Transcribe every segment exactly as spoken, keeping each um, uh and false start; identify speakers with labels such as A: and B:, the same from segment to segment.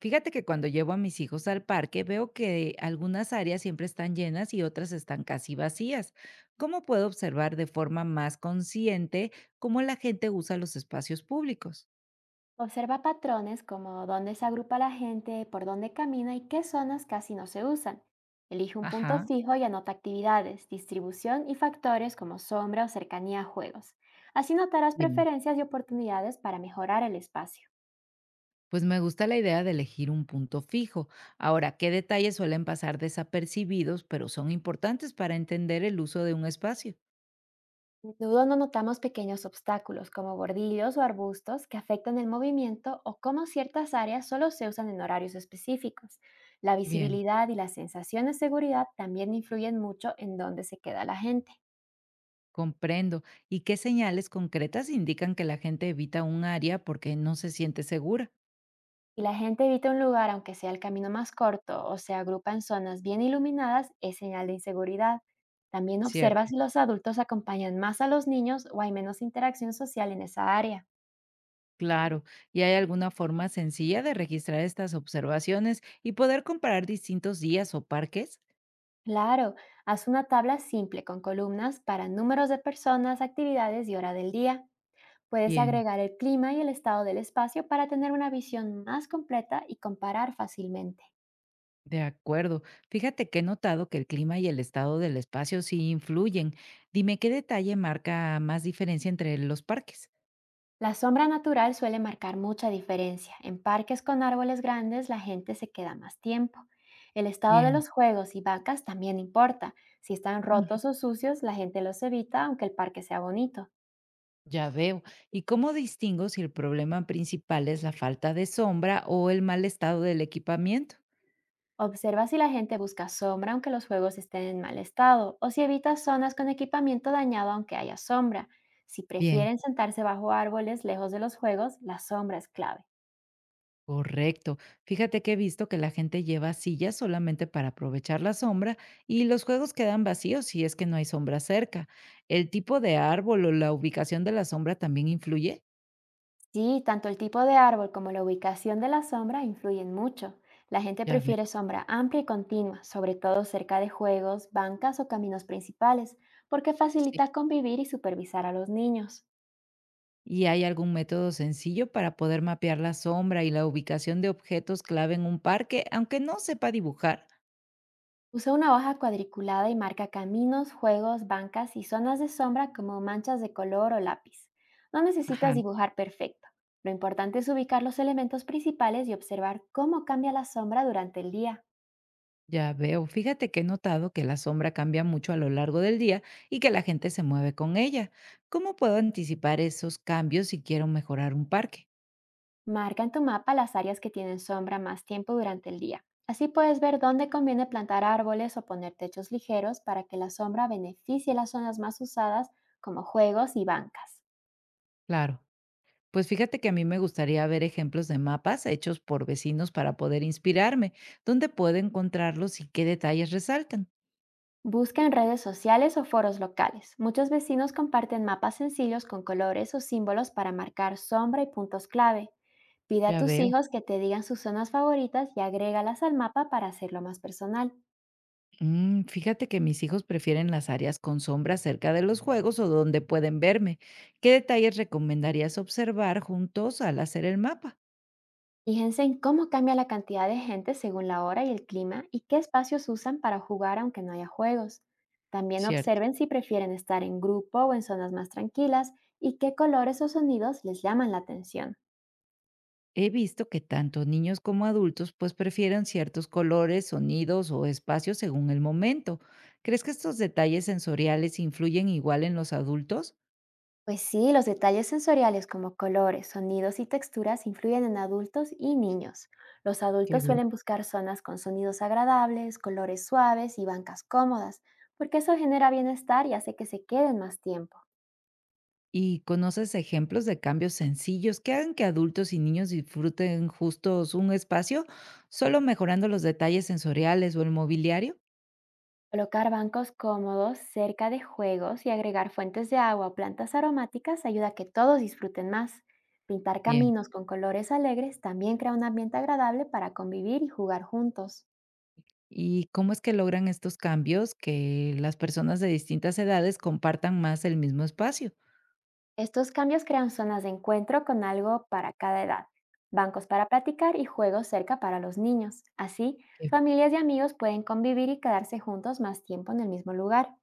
A: Fíjate que cuando llevo a mis hijos al parque veo que algunas áreas siempre están llenas y otras están casi vacías. ¿Cómo puedo observar de forma más consciente cómo la gente usa los espacios públicos?
B: Observa patrones como dónde se agrupa la gente, por dónde camina y qué zonas casi no se usan. Elige un punto
A: Ajá,
B: fijo y anota actividades, distribución y factores como sombra o cercanía a juegos. Así notarás
A: bien.
B: preferencias y oportunidades para mejorar el espacio.
A: Pues me gusta la idea de elegir un punto fijo. Ahora, ¿qué detalles suelen pasar desapercibidos, pero son importantes para entender el uso de un espacio?
B: A menudo no notamos pequeños obstáculos como bordillos o arbustos que afectan el movimiento o cómo ciertas áreas solo se usan en horarios específicos. La
A: Bien,
B: visibilidad y la sensación de seguridad también influyen mucho en dónde se queda la gente.
A: comprendo. ¿Y qué señales concretas indican que la gente evita un área porque no se siente segura?
B: Si la gente evita un lugar, aunque sea el camino más corto, o se agrupa en zonas bien iluminadas, es señal de inseguridad. También observa
A: Cierto.
B: si los adultos acompañan más a los niños o hay menos interacción social en esa área.
A: Claro, ¿y hay alguna forma sencilla de registrar estas observaciones y poder comparar distintos días o parques?
B: Claro, haz una tabla simple con columnas para números de personas, actividades y hora del día. Puedes
A: Bien,
B: agregar el clima y el estado del espacio para tener una visión más completa y comparar fácilmente.
A: de acuerdo. Fíjate que he notado que el clima y el estado del espacio sí influyen. Dime qué detalle marca más diferencia entre los parques.
B: La sombra natural suele marcar mucha diferencia. En parques con árboles grandes la gente se queda más tiempo. El estado de
A: Bien,
B: los juegos y vacas también importa. Si están
A: ujú,
B: rotos o sucios, la gente los evita aunque el parque sea bonito.
A: ya veo. ¿Y cómo distingo si el problema principal es la falta de sombra o el mal estado del equipamiento?
B: Observa si la gente busca sombra aunque los juegos estén en mal estado o si evita zonas con equipamiento dañado aunque haya sombra. Si
A: Bien.
B: prefieren sentarse bajo árboles lejos de los juegos, la sombra es clave.
A: Correcto. Fíjate que he visto que la gente lleva sillas solamente para aprovechar la sombra y los juegos quedan vacíos si es que no hay sombra cerca. ¿El tipo de árbol o la ubicación de la sombra también influye?
B: Sí, tanto el tipo de árbol como la ubicación de la sombra influyen mucho. La gente
A: Ya ve,
B: prefiere sombra amplia y continua, sobre todo cerca de juegos, bancas o caminos principales, porque
A: sí.
B: facilita convivir y supervisar a los niños.
A: ¿Y hay algún método sencillo para poder mapear la sombra y la ubicación de objetos clave en un parque, aunque no sepa dibujar?
B: Usa una hoja cuadriculada y marca caminos, juegos, bancas y zonas de sombra como manchas de color o lápiz. No
A: Ajá.
B: necesitas dibujar perfecto. Lo importante es ubicar los elementos principales y observar cómo cambia la sombra durante el día.
A: Ya veo, fíjate que he notado que la sombra cambia mucho a lo largo del día y que la gente se mueve con ella. ¿Cómo puedo anticipar esos cambios si quiero mejorar un parque?
B: Marca en tu mapa las áreas que tienen sombra más tiempo durante el día. Así puedes ver dónde conviene plantar árboles o poner techos ligeros para que la sombra beneficie las zonas más usadas, como juegos y bancas.
A: Claro, pues fíjate que a mí me gustaría ver ejemplos de mapas hechos por vecinos para poder inspirarme, dónde puedo encontrarlos y qué detalles resaltan.
B: Busca en redes sociales o foros locales. Muchos vecinos comparten mapas sencillos con colores o símbolos para marcar sombra y puntos clave. Pide a
A: Ya
B: tus
A: veo.
B: hijos que te digan sus zonas favoritas y agrégalas al mapa para hacerlo más personal.
A: Mm, fíjate que mis hijos prefieren las áreas con sombra cerca de los juegos o donde pueden verme. ¿Qué detalles recomendarías observar juntos al hacer el mapa?
B: Fíjense en cómo cambia la cantidad de gente según la hora y el clima y qué espacios usan para jugar aunque no haya juegos. También
A: Cierto.
B: observen si prefieren estar en grupo o en zonas más tranquilas y qué colores o sonidos les llaman la atención.
A: He visto que tanto niños como adultos pues prefieren ciertos colores, sonidos o espacios según el momento. ¿Crees que estos detalles sensoriales influyen igual en los adultos?
B: Pues sí, los detalles sensoriales como colores, sonidos y texturas influyen en adultos y niños. Los
A: Qué
B: adultos
A: bien.
B: suelen buscar zonas con sonidos agradables, colores suaves y bancas cómodas, porque eso genera bienestar y hace que se queden más tiempo.
A: ¿Y conoces ejemplos de cambios sencillos que hagan que adultos y niños disfruten justos un espacio solo mejorando los detalles sensoriales o el mobiliario?
B: Colocar bancos cómodos cerca de juegos y agregar fuentes de agua o plantas aromáticas ayuda a que todos disfruten más. Pintar
A: Bien.
B: caminos con colores alegres también crea un ambiente agradable para convivir y jugar juntos.
A: ¿Y cómo es que logran estos cambios que las personas de distintas edades compartan más el mismo espacio?
B: Estos cambios crean zonas de encuentro con algo para cada edad, bancos para platicar y juegos cerca para los niños. Así, familias y amigos pueden convivir y quedarse juntos más tiempo en el mismo lugar.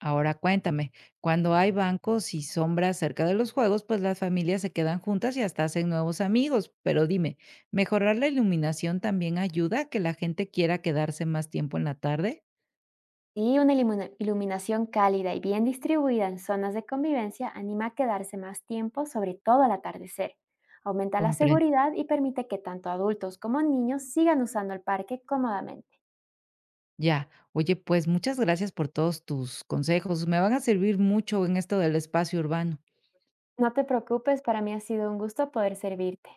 A: Ahora cuéntame, cuando hay bancos y sombras cerca de los juegos, pues las familias se quedan juntas y hasta hacen nuevos amigos. Pero dime, ¿mejorar la iluminación también ayuda a que la gente quiera quedarse más tiempo en la tarde?
B: Y una ilumina- iluminación cálida y bien distribuida en zonas de convivencia anima a quedarse más tiempo, sobre todo al atardecer. Aumenta la
A: Comprendo.
B: seguridad y permite que tanto adultos como niños sigan usando el parque cómodamente.
A: Ya. Oye, pues muchas gracias por todos tus consejos. Me van a servir mucho en esto del espacio urbano.
B: No te preocupes, para mí ha sido un gusto poder servirte.